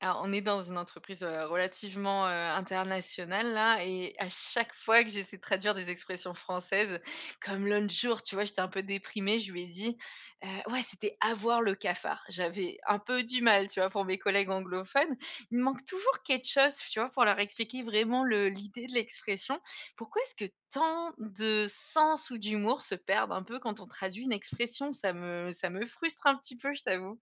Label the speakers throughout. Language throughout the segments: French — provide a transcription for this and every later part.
Speaker 1: Alors, on est dans une entreprise, relativement, internationale là et à chaque fois que j'essaie de traduire des expressions françaises, comme l'autre jour, tu vois, j'étais un peu déprimée, je lui ai dit, ouais, c'était «avoir le cafard». J'avais un peu du mal, tu vois, pour mes collègues anglophones. Il me manque toujours quelque chose, tu vois, pour leur expliquer vraiment le l'idée de l'expression. Pourquoi est-ce que tant de sens ou d'humour se perdent un peu quand on traduit une expression? Ça me frustre un petit peu, je t'avoue.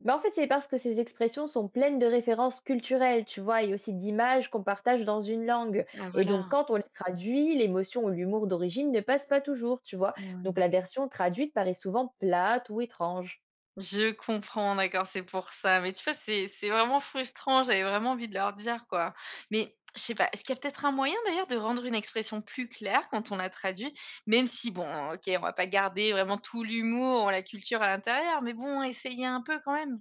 Speaker 2: Bah, en fait, c'est parce que ces expressions sont pleines de références culturelles, tu vois, et aussi d'images qu'on partage dans une langue.
Speaker 1: Ah
Speaker 2: Et donc,
Speaker 1: voilà.
Speaker 2: quand on les traduit, l'émotion ou l'humour d'origine ne passe pas toujours, tu vois. Donc,
Speaker 1: Mmh.
Speaker 2: la version traduite paraît souvent plate ou étrange.
Speaker 1: Je comprends, d'accord, c'est pour ça. Mais tu vois, c'est vraiment frustrant, j'avais vraiment envie de leur dire, quoi. Mais je sais pas, est-ce qu'il y a peut-être un moyen d'ailleurs de rendre une expression plus claire quand on la traduit? Même si bon, OK, on va pas garder vraiment tout l'humour, la culture à l'intérieur, mais bon, essayer un peu quand même.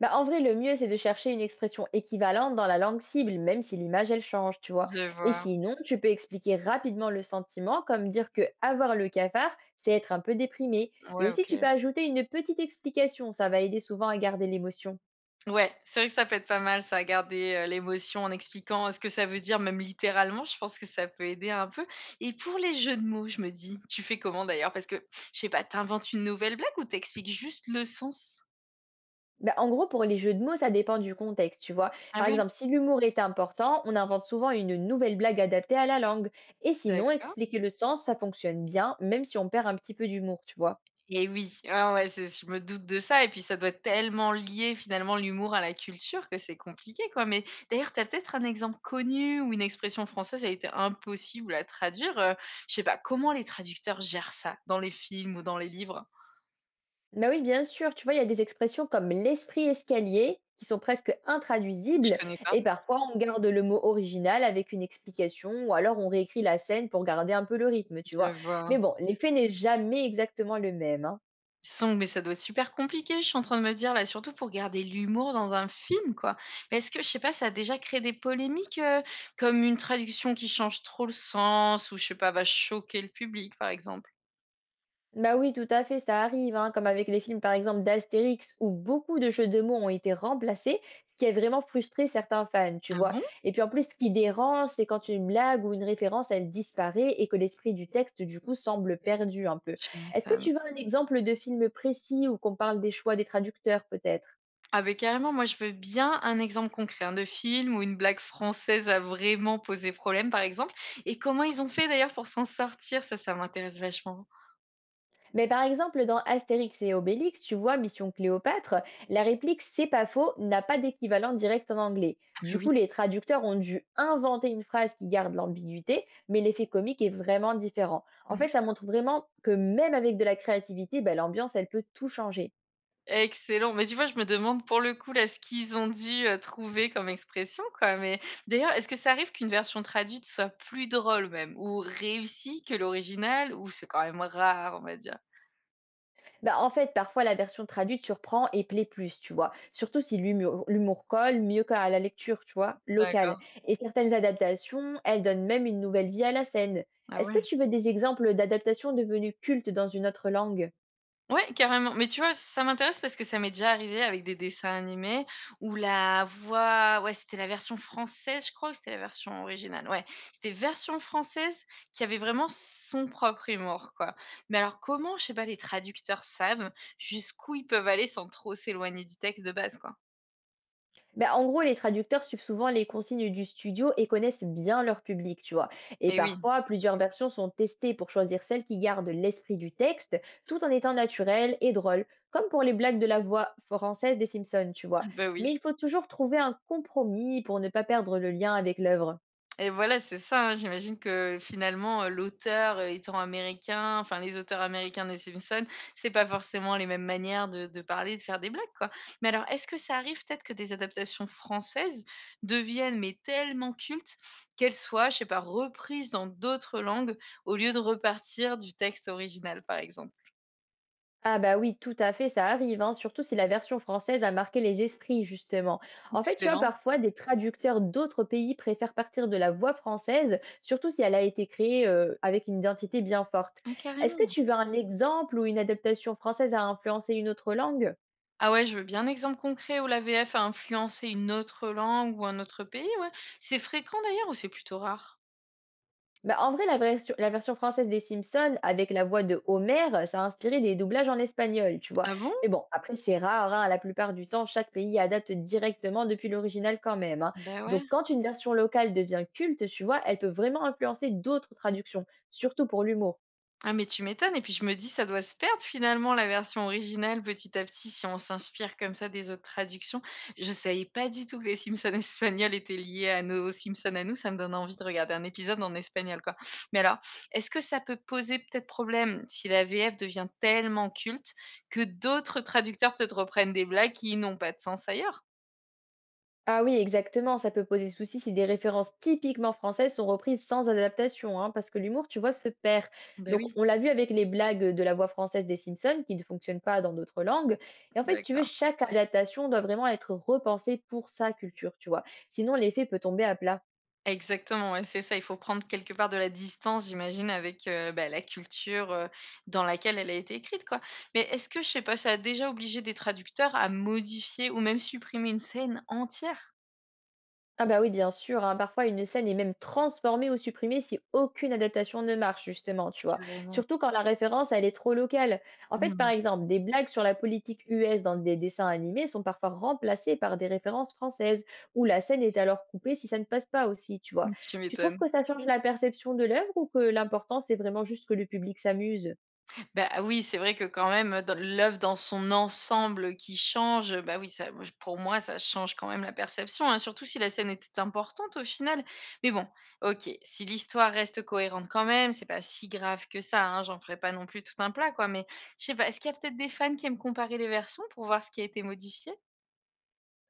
Speaker 2: Bah, en vrai, le mieux, c'est de chercher une expression équivalente dans la langue cible, même si l'image, elle change, tu vois.
Speaker 1: Je
Speaker 2: Et
Speaker 1: vois.
Speaker 2: sinon, tu peux expliquer rapidement le sentiment, comme dire que avoir le cafard, c'est être un peu déprimé. Et
Speaker 1: Ouais,
Speaker 2: aussi,
Speaker 1: OK.
Speaker 2: tu peux ajouter une petite explication, ça va aider souvent à garder l'émotion.
Speaker 1: Ouais, c'est vrai que ça peut être pas mal ça, à garder, l'émotion en expliquant, ce que ça veut dire même littéralement. Je pense que ça peut aider un peu et pour les jeux de mots, je me dis, tu fais comment d'ailleurs? Parce que je sais pas, tu inventes une nouvelle blague ou t'expliques juste le sens?
Speaker 2: Bah, en gros, pour les jeux de mots, ça dépend du contexte, tu vois.
Speaker 1: Ah
Speaker 2: Par
Speaker 1: ouais?
Speaker 2: exemple, si l'humour est important, on invente souvent une nouvelle blague adaptée à la langue. Et sinon,
Speaker 1: D'accord
Speaker 2: expliquer le sens, ça fonctionne bien, même si on perd un petit peu d'humour, tu vois.
Speaker 1: et oui, ouais, ouais, c'est je me doute de ça et puis ça doit être tellement lier finalement l'humour à la culture que c'est compliqué quoi. Mais d'ailleurs, tu as peut-être un exemple connu où une expression française a été impossible à traduire, je sais pas, comment les traducteurs gèrent ça dans les films ou dans les livres?
Speaker 2: Bah oui, bien sûr, tu vois, il y a des expressions comme l'esprit escalier qui sont presque
Speaker 1: Je
Speaker 2: intraduisibles,
Speaker 1: connais pas,
Speaker 2: et parfois on garde le mot original avec une explication, ou alors on réécrit la scène pour garder un peu le rythme, tu vois.
Speaker 1: je
Speaker 2: Mais
Speaker 1: vois.
Speaker 2: bon, l'effet n'est jamais exactement le même, hein.
Speaker 1: Ils sont mais ça doit être super compliqué, je suis en train de me dire là, surtout pour garder l'humour dans un film, quoi. Mais est-ce que je sais pas, ça a déjà créé des polémiques, comme une traduction qui change trop le sens ou je sais pas, va choquer le public, par exemple?
Speaker 2: Bah oui, tout à fait, ça arrive, hein, comme avec les films par exemple d'Astérix où beaucoup de jeux de mots ont été remplacés, ce qui a vraiment frustré certains fans, tu
Speaker 1: Ah
Speaker 2: vois.
Speaker 1: bon?
Speaker 2: Et puis en plus, ce qui dérange, c'est quand une blague ou une référence, elle disparaît et que l'esprit du texte, du coup, semble perdu un peu.
Speaker 1: Tu
Speaker 2: Est-ce que
Speaker 1: m'étonnes.
Speaker 2: tu veux un exemple de film précis où qu'on parle des choix des traducteurs, peut-être?
Speaker 1: Ah beh, carrément, moi je veux bien un exemple concret, hein, de film où une blague française a vraiment posé problème, par exemple et comment ils ont fait d'ailleurs pour s'en sortir? Ça m'intéresse vachement.
Speaker 2: Mais par exemple, dans Astérix et Obélix, tu vois, Mission Cléopâtre, la réplique C'est pas faux n'a pas d'équivalent direct en anglais.
Speaker 1: Ah
Speaker 2: Du
Speaker 1: bah oui.
Speaker 2: coup, les traducteurs ont dû inventer une phrase qui garde l'ambiguïté, mais l'effet comique est vraiment différent. En fait, ça montre vraiment que même avec de la créativité, ben, l'ambiance, elle peut tout changer.
Speaker 1: Excellent, mais tu vois, je me demande pour le coup là, ce qu'ils ont dû, trouver comme expression quoi, mais d'ailleurs, est-ce que ça arrive qu'une version traduite soit plus drôle même ou réussie que l'original ou c'est quand même rare, on va dire?
Speaker 2: Bah, en fait, parfois, la version traduite surprend et plaît plus, tu vois. Surtout si l'humour colle mieux qu'à la lecture, tu vois, locale.
Speaker 1: D'accord.
Speaker 2: Et certaines adaptations, elles donnent même une nouvelle vie à la scène.
Speaker 1: Ah
Speaker 2: Est-ce que
Speaker 1: ouais.
Speaker 2: tu veux des exemples d'adaptations devenues cultes dans une autre langue?
Speaker 1: Ouais, carrément. Mais tu vois, ça m'intéresse parce que ça m'est déjà arrivé avec des dessins animés où la voix, ouais, c'était la version française, je crois, ou c'était la version originale. Ouais, c'était version française qui avait vraiment son propre humour, quoi. Mais alors, comment, je sais pas, les traducteurs savent jusqu'où ils peuvent aller sans trop s'éloigner du texte de base, quoi.
Speaker 2: Bah, en gros, les traducteurs suivent souvent les consignes du studio et connaissent bien leur public, tu vois. Et
Speaker 1: Mais oui,
Speaker 2: parfois, plusieurs versions sont testées pour choisir celle qui garde l'esprit du texte tout en étant naturelle et drôle, comme pour les blagues de la voix française des Simpsons, tu vois.
Speaker 1: bah
Speaker 2: Mais
Speaker 1: oui.
Speaker 2: il faut toujours trouver un compromis pour ne pas perdre le lien avec l'œuvre.
Speaker 1: Et voilà, c'est ça, hein. J'imagine que finalement, l'auteur, étant américain, enfin les auteurs américains des Simpsons, c'est pas forcément les mêmes manières de parler, de faire des blagues, quoi. Mais alors, est-ce que ça arrive peut-être que des adaptations françaises deviennent, mais tellement cultes qu'elles soient, je sais pas, reprises dans d'autres langues au lieu de repartir du texte original, par exemple?
Speaker 2: Ah bah oui, tout à fait, ça arrive, hein, surtout si la version française a marqué les esprits, justement. En fait, tu vois,
Speaker 1: Excellent.
Speaker 2: parfois, des traducteurs d'autres pays préfèrent partir de la voix française, surtout si elle a été créée avec une identité bien forte.
Speaker 1: Ah
Speaker 2: Est-ce que
Speaker 1: carrément.
Speaker 2: tu veux un exemple où une adaptation française a influencé une autre langue?
Speaker 1: Ah ouais, je veux bien un exemple concret où la VF a influencé une autre langue ou un autre pays, ouais. C'est fréquent d'ailleurs ou c'est plutôt rare?
Speaker 2: Bah, en vrai, la version française des Simpsons, avec la voix de Homer, ça a inspiré des doublages en espagnol, tu vois.
Speaker 1: Ah bon?
Speaker 2: Mais bon, après, c'est rare, hein, la plupart du temps, chaque pays adapte directement depuis l'original quand même, hein.
Speaker 1: Bah, ouais.
Speaker 2: Donc, quand une version locale devient culte, tu vois, elle peut vraiment influencer d'autres traductions, surtout pour l'humour.
Speaker 1: Ah, mais tu m'étonnes et puis je me dis ça doit se perdre finalement la version originale petit à petit si on s'inspire comme ça des autres traductions. Je savais pas du tout que les Simpsons espagnols étaient liés à nos Simpsons à nous, ça me donne envie de regarder un épisode en espagnol, quoi. Mais alors, est-ce que ça peut poser peut-être problème si la VF devient tellement culte que d'autres traducteurs peut-être reprennent des blagues qui n'ont pas de sens ailleurs?
Speaker 2: Ah oui, exactement, ça peut poser souci si des références typiquement françaises sont reprises sans adaptation, hein, parce que l'humour, tu vois, se perd.
Speaker 1: Bah,
Speaker 2: Donc,
Speaker 1: oui,
Speaker 2: on l'a vu avec les blagues de la voix française des Simpsons, qui ne fonctionnent pas dans d'autres langues. Et en fait, si tu veux,
Speaker 1: d'accord.
Speaker 2: chaque adaptation doit vraiment être repensée pour sa culture, tu vois. Sinon, l'effet peut tomber à plat.
Speaker 1: Exactement, ouais, c'est ça. Il faut prendre quelque part de la distance, j'imagine, avec, bah, la culture, dans laquelle elle a été écrite, quoi. Mais est-ce que, je sais pas, ça a déjà obligé des traducteurs à modifier ou même supprimer une scène entière?
Speaker 2: Ah bah oui, bien sûr, hein, parfois, une scène est même transformée ou supprimée si aucune adaptation ne marche, justement, tu vois.
Speaker 1: Carrément.
Speaker 2: Surtout quand la référence, elle est trop locale. En
Speaker 1: Mmh
Speaker 2: fait, par
Speaker 1: mh.
Speaker 2: exemple, des blagues sur la politique US dans des dessins animés sont parfois remplacées par des références françaises, où la scène est alors coupée si ça ne passe pas aussi, tu vois.
Speaker 1: Tu
Speaker 2: Tu trouves
Speaker 1: m'étonnes.
Speaker 2: que ça change la perception de l'œuvre ou que l'important, c'est vraiment juste que le public s'amuse?
Speaker 1: Bah, oui, c'est vrai que quand même dans l'œuvre dans son ensemble qui change, bah, oui, ça moi, je pour moi, ça change quand même la perception, hein, surtout si la scène était importante au final. Mais bon, OK, si l'histoire reste cohérente quand même, c'est pas si grave que ça, hein, j'en ferai pas non plus tout un plat quoi, mais je sais pas, est-ce qu'il y a peut-être des fans qui aiment comparer les versions pour voir ce qui a été modifié?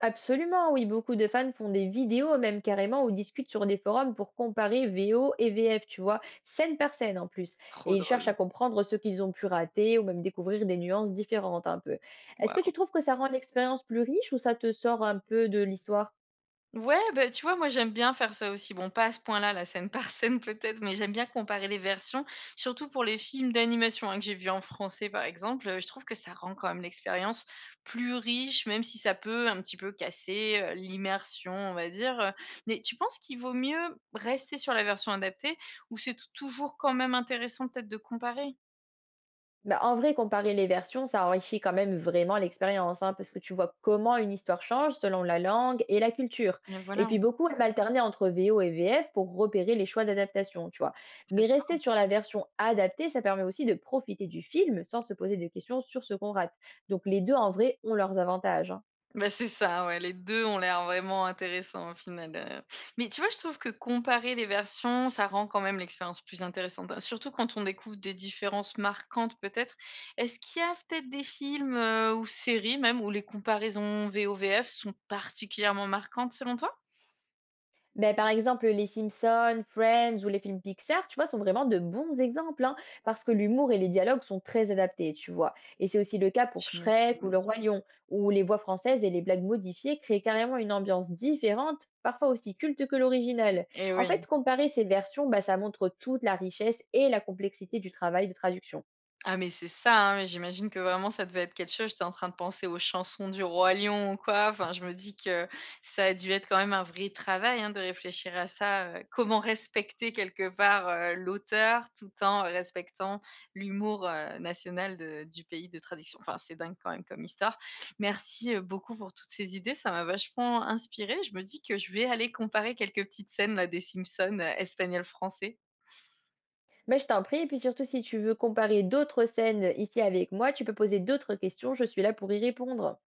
Speaker 2: Absolument, oui, beaucoup de fans font des vidéos même carrément ou discutent sur des forums pour comparer VO et VF, tu vois, scène par scène en plus. Et
Speaker 1: Trop
Speaker 2: ils cherchent à
Speaker 1: drôle.
Speaker 2: comprendre ce qu'ils ont pu rater ou même découvrir des nuances différentes un peu. Est-ce que tu
Speaker 1: Waouh.
Speaker 2: trouves que ça rend l'expérience plus riche ou ça te sort un peu de l'histoire?
Speaker 1: Ouais, bah, tu vois, moi, j'aime bien faire ça aussi. Bon, pas à ce point-là, la scène par scène peut-être, mais j'aime bien comparer les versions, surtout pour les films d'animation, hein, que j'ai vus en français, par exemple. Je trouve que ça rend quand même l'expérience plus riche, même si ça peut un petit peu casser l'immersion, on va dire. Mais tu penses qu'il vaut mieux rester sur la version adaptée ou c'est toujours quand même intéressant peut-être de comparer?
Speaker 2: Bah, en vrai, comparer les versions, ça enrichit quand même vraiment l'expérience, hein, parce que tu vois comment une histoire change selon la langue et la culture.
Speaker 1: Mais
Speaker 2: Et
Speaker 1: voilà,
Speaker 2: puis beaucoup aiment alterner entre VO et VF pour repérer les choix d'adaptation, tu vois.
Speaker 1: c'est
Speaker 2: Mais rester
Speaker 1: ça.
Speaker 2: sur la version adaptée, ça permet aussi de profiter du film sans se poser de questions sur ce qu'on rate. Donc les deux, en vrai, ont leurs avantages, hein.
Speaker 1: Bah, c'est ça, ouais, les 2 ont l'air vraiment intéressants au final, mais tu vois, je trouve que comparer les versions, ça rend quand même l'expérience plus intéressante, hein, surtout quand on découvre des différences marquantes peut-être. Est-ce qu'il y a peut-être des films, ou séries même où les comparaisons VO, VF sont particulièrement marquantes selon toi?
Speaker 2: Beh, par exemple, les Simpsons, Friends ou les films Pixar, tu vois, sont vraiment de bons exemples, hein, parce que l'humour et les dialogues sont très adaptés, tu vois. Et c'est aussi le cas pour
Speaker 1: Tu
Speaker 2: Shrek ou Le
Speaker 1: m'étonnes.
Speaker 2: Roi Lion, où les voix françaises et les blagues modifiées créent carrément une ambiance différente, parfois aussi culte que l'original.
Speaker 1: Eh
Speaker 2: En fait,
Speaker 1: oui.
Speaker 2: comparer ces versions, bah, ça montre toute la richesse et la complexité du travail de traduction.
Speaker 1: Ah mais c'est ça, hein, mais j'imagine que vraiment ça devait être quelque chose. J'étais en train de penser aux chansons du Roi Lion ou quoi. Enfin, je me dis que ça a dû être quand même un vrai travail, hein, de réfléchir à ça, comment respecter quelque part, l'auteur tout en respectant l'humour, national de du pays de traduction. Enfin, c'est dingue quand même comme histoire. Merci, beaucoup pour toutes ces idées, ça m'a vachement inspirée. Je me dis que je vais aller comparer quelques petites scènes là des Simpsons, espagnol-français.
Speaker 2: Mais je t'en prie, et puis surtout, si tu veux comparer d'autres scènes ici avec moi, tu peux poser d'autres questions, je suis là pour y répondre.